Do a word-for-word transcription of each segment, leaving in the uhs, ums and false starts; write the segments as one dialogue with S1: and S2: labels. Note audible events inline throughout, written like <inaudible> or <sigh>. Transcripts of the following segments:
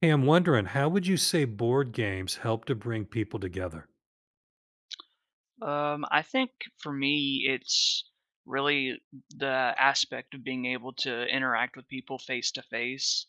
S1: Hey, I'm wondering, how would you say board games help to bring people together?
S2: Um, I think for me, it's really the aspect of being able to interact with people face to face.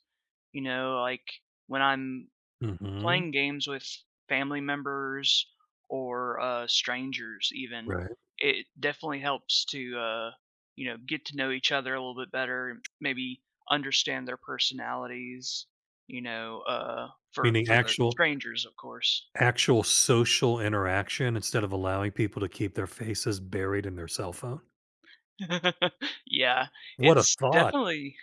S2: You know, like when I'm
S1: Mhm.
S2: playing games with family members or uh, strangers, even,
S1: Right.
S2: it definitely helps to, uh, you know, get to know each other a little bit better, maybe understand their personalities, you know, uh, for,
S1: Meaning
S2: for the
S1: actual
S2: strangers, of course.
S1: actual social interaction instead of allowing people to keep their faces buried in their cell phone?
S2: <laughs> Yeah,
S1: What a
S2: it's
S1: thought.
S2: definitely.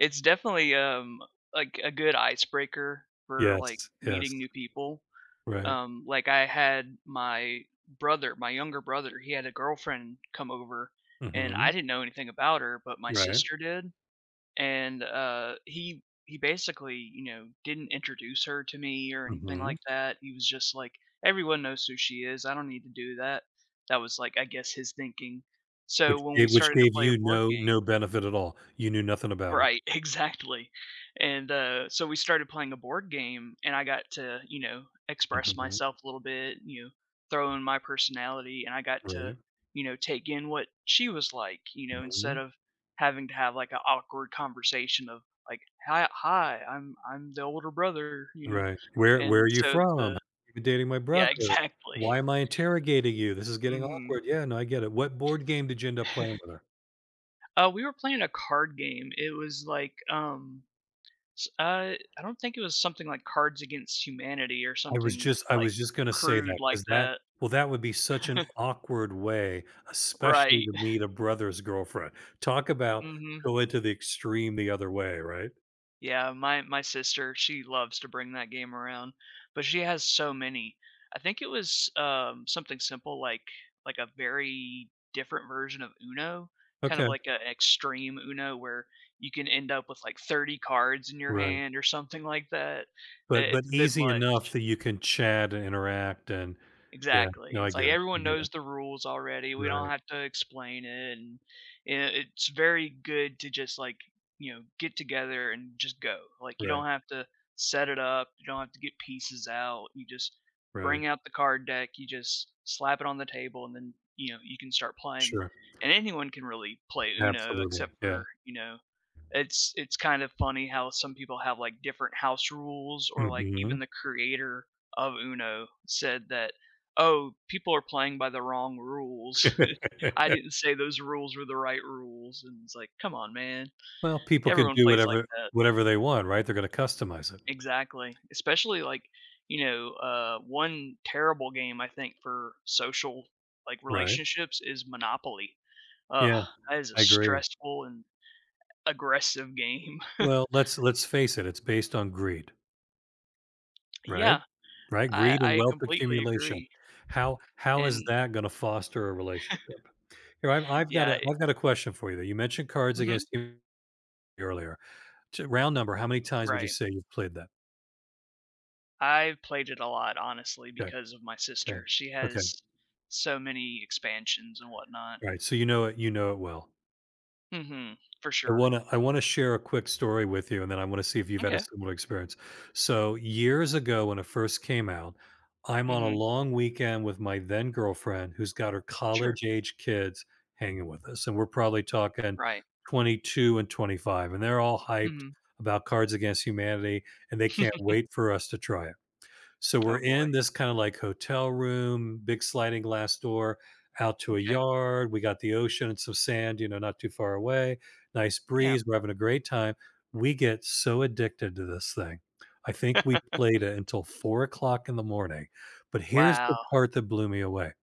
S2: it's definitely, um, like, a good icebreaker for, like,
S1: Yes, yes.
S2: meeting new people.
S1: Right.
S2: Um, like, I had my brother my younger brother, he had a girlfriend come over, and I
S1: Mhm.
S2: didn't know anything about her, but my
S1: Right.
S2: sister did, and, uh, he he basically, you know, didn't introduce her to me or anything
S1: Mhm.
S2: like that. He was just like, "Everyone knows who she is, I don't need to do that." That was, like, I guess his thinking. So
S1: Which
S2: when we
S1: gave which
S2: started to
S1: gave
S2: play a
S1: you
S2: board
S1: no no
S2: game
S1: benefit at all. You knew nothing about her.
S2: Right, <laughs> exactly, and, uh, so we started playing a board game, and I got to, you know, express myself
S1: Mhm.
S2: a little bit, you know, throw in my personality, and I got to,
S1: Right.
S2: you know, take in what she was like, you know, instead
S1: Mhm.
S2: of having to have, like, an awkward conversation of, like, "Hi hi, I'm I'm the older brother," you know,
S1: Right. "Where where
S2: and
S1: are you
S2: so
S1: from?
S2: the
S1: You've been dating my
S2: Yeah, <laughs>
S1: brother.
S2: exactly.
S1: Why am I interrogating you? This is getting
S2: Mhm.
S1: awkward." Yeah, no, I get it. "What board game did you end up playing with her?"
S2: Uh, we were playing a card game, it was like, um S uh, I don't think it was something like Cards Against Humanity or
S1: I was
S2: something,
S1: just I
S2: like,
S1: was just gonna say
S2: crude
S1: that
S2: like
S1: because that
S2: that.
S1: well, that would be such an awkward way, especially
S2: Right.
S1: to
S2: <laughs>
S1: meet a brother's girlfriend. Talk about
S2: Mhm.
S1: go into the extreme the other way, right?
S2: Yeah, my my sister, she loves to bring that game around, but she has so many. I think it was, um, something simple like like a very different version of Uno, kind of
S1: Okay.
S2: like an extreme Uno where you can end up with, like, thirty cards in your
S1: Right.
S2: hand or something like that. I
S1: But but
S2: it's a bit
S1: easy enough
S2: much.
S1: that you can chat and interact and yeah,
S2: Exactly.
S1: no, I
S2: It's like
S1: get it, I
S2: everyone
S1: get
S2: knows
S1: it.
S2: the rules already. We don't
S1: Right,
S2: have to explain it, and i- it's very good to just like you know get together and just go. Like you don't
S1: right,
S2: have to set it up. You don't have to get pieces out. You just
S1: right.
S2: bring out the card deck. You just slap it on the table, and then you know you can start playing.
S1: Sure.
S2: And anyone can really play Uno,
S1: Absolutely,
S2: except
S1: yeah.
S2: for you know, it's it's kind of funny how some people have like different house rules, or like even
S1: Mhm.
S2: the creator of Uno said that, "Oh, people are playing by the wrong rules. <laughs> I didn't
S1: <laughs>
S2: say those rules were the right rules," and it's like, "Come on, man."
S1: Well, people can
S2: Everyone
S1: do
S2: plays like
S1: whatever
S2: that.
S1: whatever they want, right? They're gonna customize it,
S2: Exactly. Especially, like, you know, uh, one terrible game, I think, for social, like,
S1: right?
S2: relationships is Monopoly. Ugh,
S1: Yeah,
S2: that is a
S1: I agree.
S2: stressful and aggressive game. <laughs>
S1: Well, let's let's face it, it's based on greed, right?
S2: Yeah,
S1: Right?
S2: I
S1: Greed and
S2: I
S1: wealth
S2: completely
S1: accumulation.
S2: agree,
S1: How how is
S2: and
S1: that gonna foster a relationship? Here, I've I've got
S2: yeah,
S1: a
S2: it
S1: I've got a question for you that you mentioned Cards
S2: mhm,
S1: Against Humanity earlier. J round number, how many times would you
S2: right.
S1: say you've played that?
S2: I've played it a lot, honestly,
S1: Okay,
S2: because of my
S1: okay,
S2: sister. She
S1: okay.
S2: has so many expansions and whatnot.
S1: Alright, so you know it you know it well.
S2: Mhm. For
S1: I
S2: sure.
S1: wanna I wanna share a quick story with you, and then I wanna see if you've had a
S2: Okay.
S1: similar experience. So, years ago when it first came out, I'm on a
S2: Mhm.
S1: long weekend with my then girlfriend who's got her
S2: Sure.
S1: college-age kids hanging with us, and we're probably talking
S2: Right.
S1: twenty-two and twenty-five, and they're all hyped
S2: Mhm.
S1: about Cards Against Humanity, and they can't wait for us to try it. So we're
S2: Oh boy.
S1: in this kind of like hotel room, big sliding glass door out to a
S2: Okay.
S1: yard. We got the ocean and some sand, you know, not too far away. Nice
S2: Yeah.
S1: breeze. We're having a great time. We get so addicted to this thing. I think we
S2: <laughs>
S1: played it until four o'clock in the morning. But here's
S2: Wow.
S1: the part that blew me away.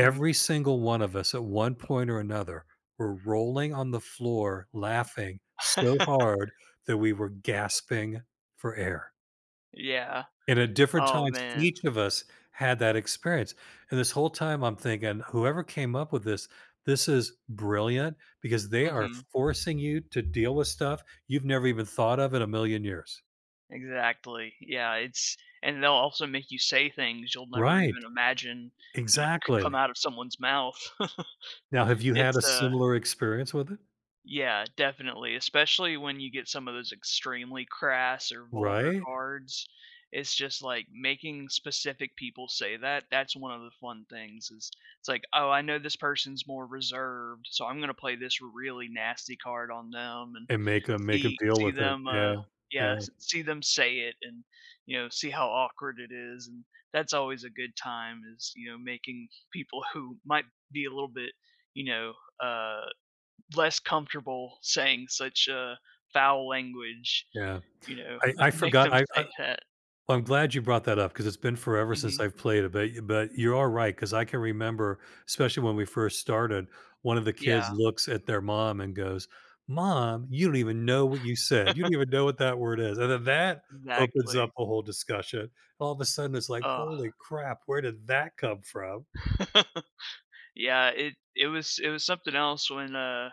S2: Mhm.
S1: single one of us at one point or another were rolling on the floor laughing so
S2: <laughs>
S1: hard that we were gasping for air.
S2: Yeah.
S1: And at different
S2: Oh
S1: times,
S2: man.
S1: each of us had that experience. And this whole time I'm thinking, whoever came up with this, this is brilliant because they are
S2: Mhm.
S1: forcing you to deal with stuff you've never even thought of in a million years.
S2: Exactly. Yeah, it's and they'll also make you say things you'll never even
S1: Right.
S2: imagine you could come
S1: Exactly.
S2: out of someone's mouth. <laughs>
S1: Now, have you had
S2: It's,
S1: a
S2: uh
S1: similar experience with it?
S2: Yeah, definitely, especially when you get some of those extremely crass or vulgar
S1: Right?
S2: cards. It's just like making specific people say that. That's one of the fun things is it's like, "Oh, I know this person's more reserved, so I'm gonna play this really nasty card on them and
S1: And make them make them
S2: see
S1: deal
S2: see
S1: with it.
S2: them, uh
S1: Yeah.
S2: yeah,
S1: Yeah.
S2: s- see them say it and, you know, see how awkward it is." And that's always a good time is, you know, making people who might be a little bit, you know, uh less comfortable saying such, uh, foul language,
S1: Yeah.
S2: you know,
S1: I I
S2: <laughs> make
S1: forgot
S2: them
S1: I
S2: say
S1: I
S2: that.
S1: Well, I'm glad you brought that up because it's been forever since
S2: Mhm.
S1: I've played it, but but you are right because I can remember, especially when we first started, one of the kids
S2: Yeah,
S1: looks at their mom and goes, "Mom, you don't even know what you said. You don't even know what that word is." And then that opens up
S2: exactly.
S1: a whole discussion. All of a sudden, it's like,
S2: Oh,
S1: "Holy crap! Where did that come from?"
S2: <laughs> yeah, it it was it was something else when, uh,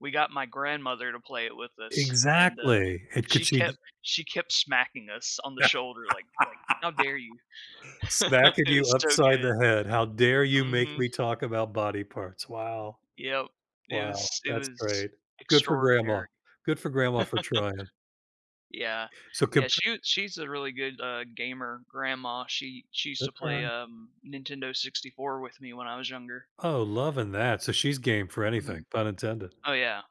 S2: we got my grandmother to play it with us, and, uh,
S1: Exactly. It
S2: she
S1: could she
S2: kept she kept smacking us on the shoulder like like, "How
S1: <laughs>
S2: dare you?" <laughs>
S1: smacking
S2: It
S1: you
S2: was so
S1: upside
S2: good.
S1: the head. How dare you make
S2: Mhm.
S1: me talk about body parts? Wow.
S2: Yep. It
S1: Wow,
S2: was it
S1: that's
S2: was
S1: great. Good for grandma.
S2: extraordinary.
S1: Good for grandma for trying.
S2: Yeah.
S1: So
S2: Yeah,
S1: compa
S2: she she's a really good, uh, gamer grandma. She she used
S1: good
S2: to
S1: for her.
S2: play, um, Nintendo sixty-four with me when I was younger.
S1: Oh, loving that. So she's game for
S2: Mhm.
S1: anything, pun intended.
S2: Oh, yeah.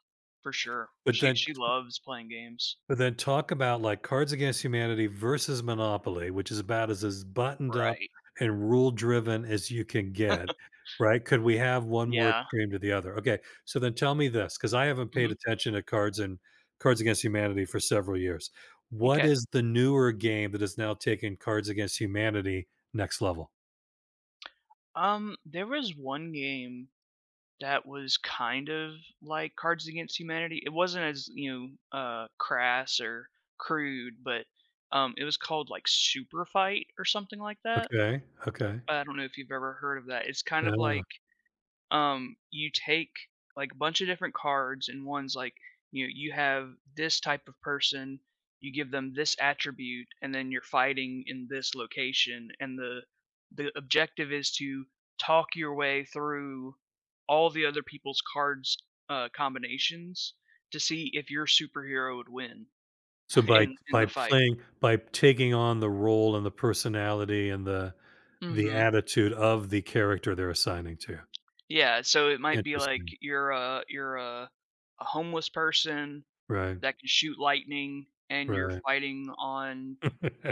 S2: For sure.
S1: But
S2: She
S1: then
S2: she loves playing games.
S1: But then talk about like Cards Against Humanity versus Monopoly, which is about as, as buttoned up
S2: Right.
S1: and rule driven as you can get, right? Could we have one more
S2: Yeah.
S1: extreme to the other? Okay, so then tell me this, because I haven't paid
S2: Mhm.
S1: attention to cards and Cards Against Humanity for several years. What
S2: M'kay.
S1: is the newer game that has now taken Cards Against Humanity next level?
S2: Um, there was one game that was kind of like Cards Against Humanity. It wasn't as, you know, uh, crass or crude, but, um, it was called, like, Super Fight or something like that.
S1: Okay, okay,
S2: I don't know if you've ever heard of that. It's kind of
S1: no.
S2: like um, you take like a bunch of different cards, and one's like, you know, you have this type of person, you give them this attribute, and then you're fighting in this location, and the the objective is to talk your way through all the other people's cards uh, combinations to see if your superhero would win
S1: So
S2: <laughs>
S1: by
S2: in in
S1: by
S2: the fight.
S1: playing by taking on the role and the personality and the the
S2: Hmm.
S1: attitude of the character they're assigning to.
S2: Yeah, so it might be like
S1: Interesting.
S2: you're a you're a, a homeless person
S1: Right,
S2: that can shoot lightning, and you're
S1: right.
S2: fighting on,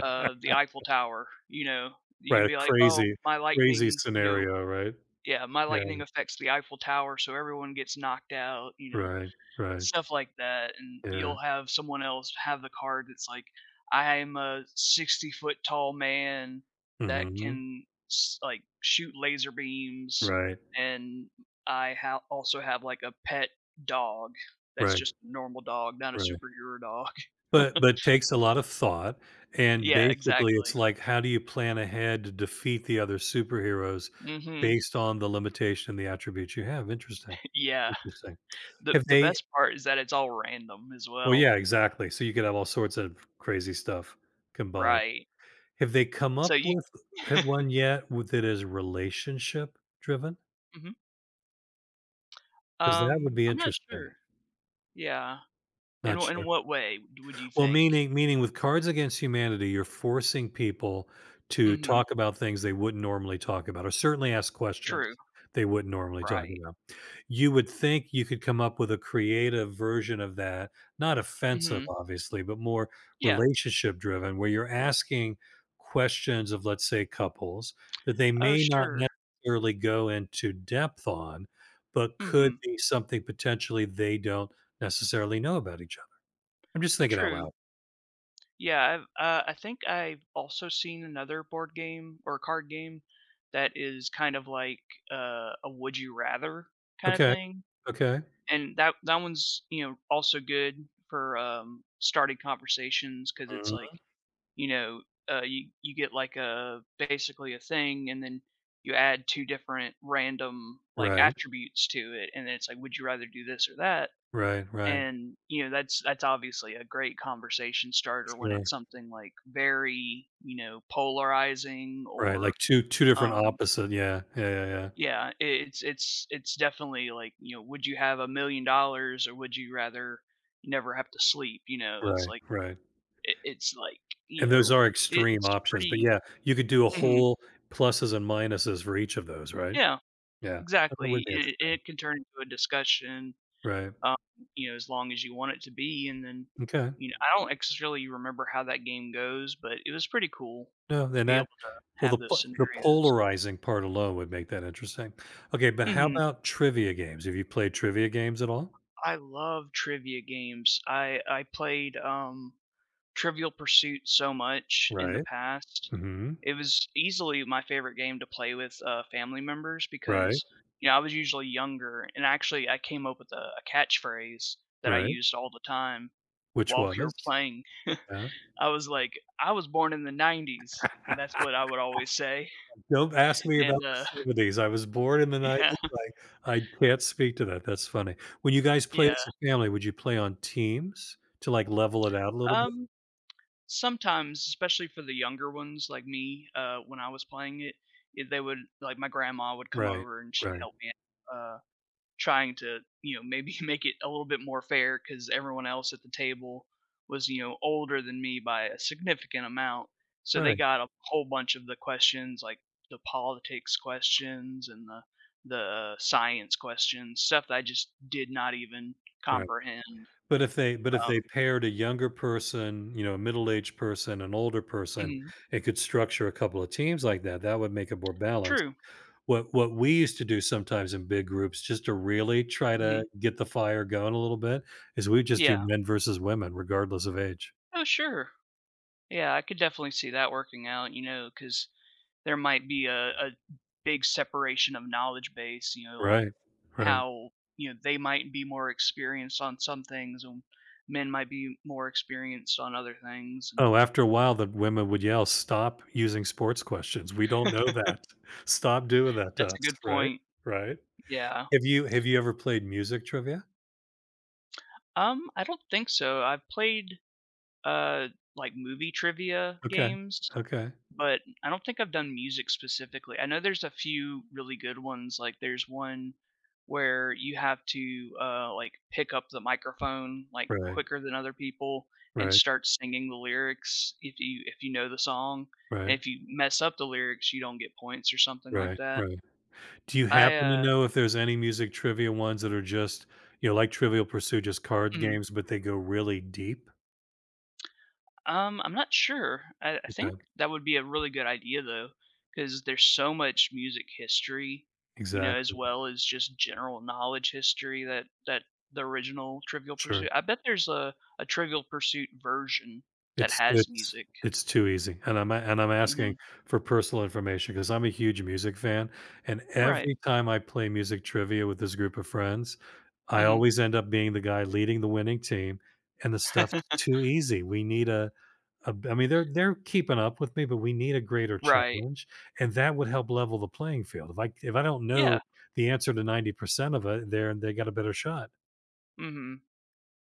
S2: uh, the Eiffel Tower, you know? You
S1: Right,
S2: can
S1: a
S2: be like, "Oh,
S1: crazy
S2: my
S1: crazy
S2: lightning," you know?
S1: scenario, right?
S2: Yeah, "My
S1: Yeah.
S2: lightning affects the Eiffel Tower, so everyone gets knocked out," you know?
S1: Right, right.
S2: Stuff like that, and you'll
S1: Yeah.
S2: have someone else have the card that's like, "I am a sixty foot tall man that
S1: Mhm.
S2: can s like, shoot laser beams,
S1: Right,
S2: and I ha also have, like, a pet dog that's
S1: right,
S2: just a normal dog, not a
S1: right.
S2: superhero dog." <laughs>
S1: But but takes a lot of thought, and
S2: Yeah,
S1: basically, it's
S2: exactly.
S1: like, how do you plan ahead to defeat the other superheroes
S2: Mhm.
S1: based on the limitation and the attributes you have? Interesting.
S2: <laughs> Yeah.
S1: Interesting.
S2: The
S1: Have
S2: the
S1: they
S2: best part is that it's all random as
S1: well,
S2: well.
S1: yeah, exactly. So you could have all sorts of crazy stuff combined.
S2: Right.
S1: Have they come
S2: So
S1: up
S2: you
S1: with have
S2: <laughs>
S1: one yet with that is relationship driven?
S2: mhm.
S1: Because that would
S2: Um,
S1: be
S2: I'm not
S1: interesting.
S2: sure. Yeah. In
S1: Not
S2: wh in
S1: sure.
S2: what way would you
S1: Well,
S2: think?
S1: meaning meaning with Cards Against Humanity, you're forcing people to
S2: Mhm.
S1: talk about things they wouldn't normally talk about or certainly ask questions
S2: True.
S1: they wouldn't normally talk
S2: Right.
S1: about. You would think you could come up with a creative version of that, not offensive,
S2: Mhm.
S1: obviously, but more
S2: Yeah.
S1: relationship driven, where you're asking questions of, let's say, couples that they
S2: Oh,
S1: may not
S2: sure.
S1: necessarily go into depth on, but could
S2: Mhm.
S1: be something potentially they don't necessarily know about each other. I'm just thinking out
S2: True.
S1: loud.
S2: Yeah, I've uh, I think I've also seen another board game or card game that is kind of like, uh, a would you rather kinda
S1: Okay.
S2: thing,
S1: Okay.
S2: and that that one's, you know, also good for, um, starting conversations because it's
S1: Mhm.
S2: like you know, uh, you you get like a basically a thing, and then you add two different random, like,
S1: Right,
S2: attributes to it, and then it's like, "Would you rather do this or that?"
S1: right, right.
S2: And, you know, that's that's obviously a great conversation starter when it's
S1: Sure.
S2: something, like, very, you know, polarizing
S1: Right,
S2: or,
S1: like two two different
S2: um
S1: opposite yeah, yeah, yeah, yeah.
S2: yeah, I it's it's it's definitely like, you know, "Would you have one million dollars or would you rather never have to sleep?" You know, it's
S1: Right,
S2: like,
S1: right.
S2: it it's like, you
S1: And those
S2: know,
S1: are
S2: it
S1: extreme
S2: it's
S1: options, but
S2: pretty
S1: yeah, you could do a
S2: mhm.
S1: whole pluses and minuses for each of those, right?
S2: Yeah,
S1: Yeah, that
S2: exactly.
S1: would be
S2: It
S1: interesting.
S2: it can turn into a discussion,
S1: Right.
S2: um, you know, as long as you want it to be, and then,
S1: Okay.
S2: you know, I don't necessarily remember how that game goes, but it was pretty cool
S1: No,
S2: to
S1: then
S2: be able
S1: that
S2: to
S1: well,
S2: have
S1: the
S2: those
S1: po the
S2: scenarios.
S1: polarizing part alone would make that interesting. Okay, but how
S2: Mhm.
S1: about trivia games? Have you played trivia games at all?
S2: I love trivia games. I I played, um Trivial Pursuit so much in the
S1: Right.
S2: past.
S1: Mhm.
S2: It was easily my favorite game to play with, uh, family members
S1: Right,
S2: because, you know, I was usually younger, and actually I came up with a a catchphrase that I
S1: right.
S2: used all the time
S1: Which
S2: while we were
S1: was?
S2: playing.
S1: Yeah.
S2: I was like, "I was born in the nineties."
S1: <laughs>
S2: That's what I would always say,
S1: Don't ask me
S2: and,
S1: about the
S2: uh
S1: seventies. I was born in the
S2: <laughs> yeah,
S1: nineties, I I can't speak to that, that's funny. When you guys played
S2: yeah.
S1: as a family, would you play on teams to, like, level it out a little bit?
S2: Um, sometimes, especially for the younger ones like me, uh, when I was playing it, eh, they would like, my grandma would come
S1: Right,
S2: over and she'd
S1: right,
S2: help me, uh trying to, you know, maybe <laughs> make it a little bit more fair because everyone else at the table was, you know, older than me by a significant amount. So they
S1: right,
S2: got a whole bunch of the questions, like the politics questions and the the science questions, stuff that I just did not even
S1: right.
S2: comprehend.
S1: But if they but if they
S2: Um,
S1: paired a younger person, you know, a middle-aged person, an older person,
S2: mhm.
S1: and could structure a couple of teams like that, that would make it more balanced.
S2: True.
S1: What what we used to do sometimes in big groups, just to really try
S2: Hmm.
S1: to get the fire going a little bit, is we just do
S2: Yeah.
S1: men versus women regardless of age.
S2: Oh, sure. Yeah, I could definitely see that working out, you know, because there might be a, a big separation of knowledge base, you know, like
S1: Right, right.
S2: how, you know, they might be more experienced on some things and men might be more experienced on other things. And
S1: Oh, after a while, the women would yell, "Stop using sports questions. We don't know that. Stop doing that to
S2: that's a
S1: us."
S2: good
S1: Right,
S2: point.
S1: right.
S2: Yeah.
S1: Have you have you ever played music trivia?
S2: Um, I don't think so. I've played uh like movie trivia
S1: Okay,
S2: games,
S1: okay.
S2: but I don't think I've done music specifically. I know there's a few really good ones. Like there's one where you have to uh, like pick up the microphone like
S1: Right,
S2: quicker than other people and
S1: right,
S2: start singing the lyrics if you if you know the song. And
S1: right,
S2: if you mess up the lyrics, you don't get points or something like
S1: right,
S2: that.
S1: right. Do you
S2: I
S1: happen to
S2: uh,
S1: know if there's any music trivia ones that are just, you know, like Trivial Pursuit, just card
S2: <clears throat>
S1: games, but they go really deep?
S2: Um, I'm not sure. I, I think
S1: Okay,
S2: that would be a really good idea though, because there's so much music history, you know, as
S1: exactly.
S2: well as just general knowledge history that that the original Trivial
S1: Sure.
S2: Pursuit. I bet there's a a Trivial Pursuit version that
S1: It's
S2: has
S1: it's
S2: music.
S1: it's too easy, and I'm a and I'm asking
S2: Hmm.
S1: for personal information because 'cause I'm a huge music fan, and
S2: Right.
S1: every time I play music trivia with this group of friends, I
S2: Hmm.
S1: always end up being the guy leading the winning team, and the stuff's
S2: <laughs>
S1: too easy. We need a a I mean, they're they're keeping up with me, but we need a greater
S2: Right.
S1: challenge, and that would help level the playing field. If I if I don't know
S2: Yeah.
S1: the answer to ninety percent of it, they're they got a better shot.
S2: Hmm.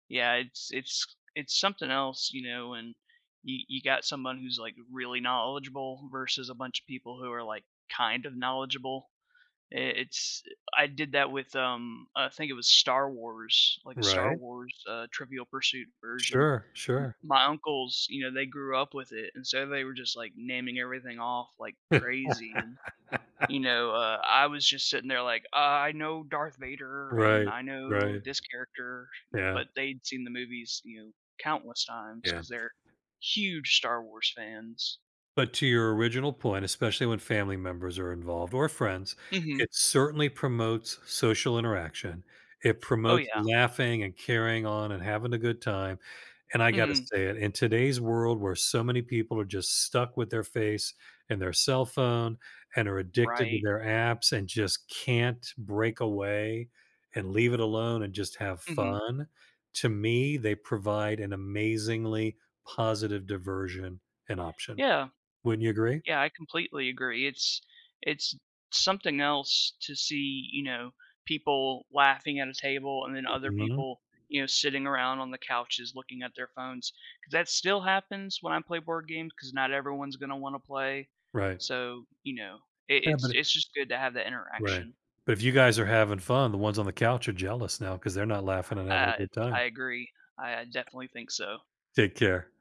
S2: Yeah. It's it's it's something else, you know, and you you got someone who's like really knowledgeable versus a bunch of people who are like kind of knowledgeable. It's I did that with, um, I think it was Star Wars, like a Star
S1: Right.
S2: Wars, uh, Trivial Pursuit version.
S1: Sure,
S2: M
S1: sure.
S2: my uncles, you know, they grew up with it, and so they were just, like, naming everything off like
S1: <laughs>
S2: crazy, and, you know, uh, I was just sitting there like, "Uh, I know Darth Vader, and
S1: Right,
S2: I know
S1: right.
S2: this character,"
S1: Yeah.
S2: but they'd seen the movies, you know, countless times
S1: Yeah.
S2: because 'cause they're huge Star Wars fans.
S1: But to your original point, especially when family members are involved or friends,
S2: Mhm.
S1: it certainly promotes social interaction. It
S2: Oh,
S1: promotes
S2: yeah.
S1: laughing and carrying on and having a good time. And I got to
S2: Mhm.
S1: say it in today's world where so many people are just stuck with their face and their cell phone and are addicted to
S2: Right.
S1: their apps and just can't break away and leave it alone and just have
S2: Mhm.
S1: fun. To me, they provide an amazingly positive diversion and option.
S2: Yeah.
S1: Wouldn't you agree?
S2: Yeah, I completely agree. It's it's something else to see, you know, people laughing at a table and then other
S1: Mhm,
S2: people, you know, sitting around on the couches looking at their phones. Because that still happens when I play board games. Because not everyone's gonna wanna play.
S1: right.
S2: So, you know, it,
S1: Yeah,
S2: it's
S1: but
S2: it's just good to have that
S1: right.
S2: interaction.
S1: But if you guys are having fun, the ones on the couch are jealous now because 'cause they're not laughing and having a
S2: I
S1: good
S2: I
S1: time.
S2: agree. I definitely think so.
S1: Take care.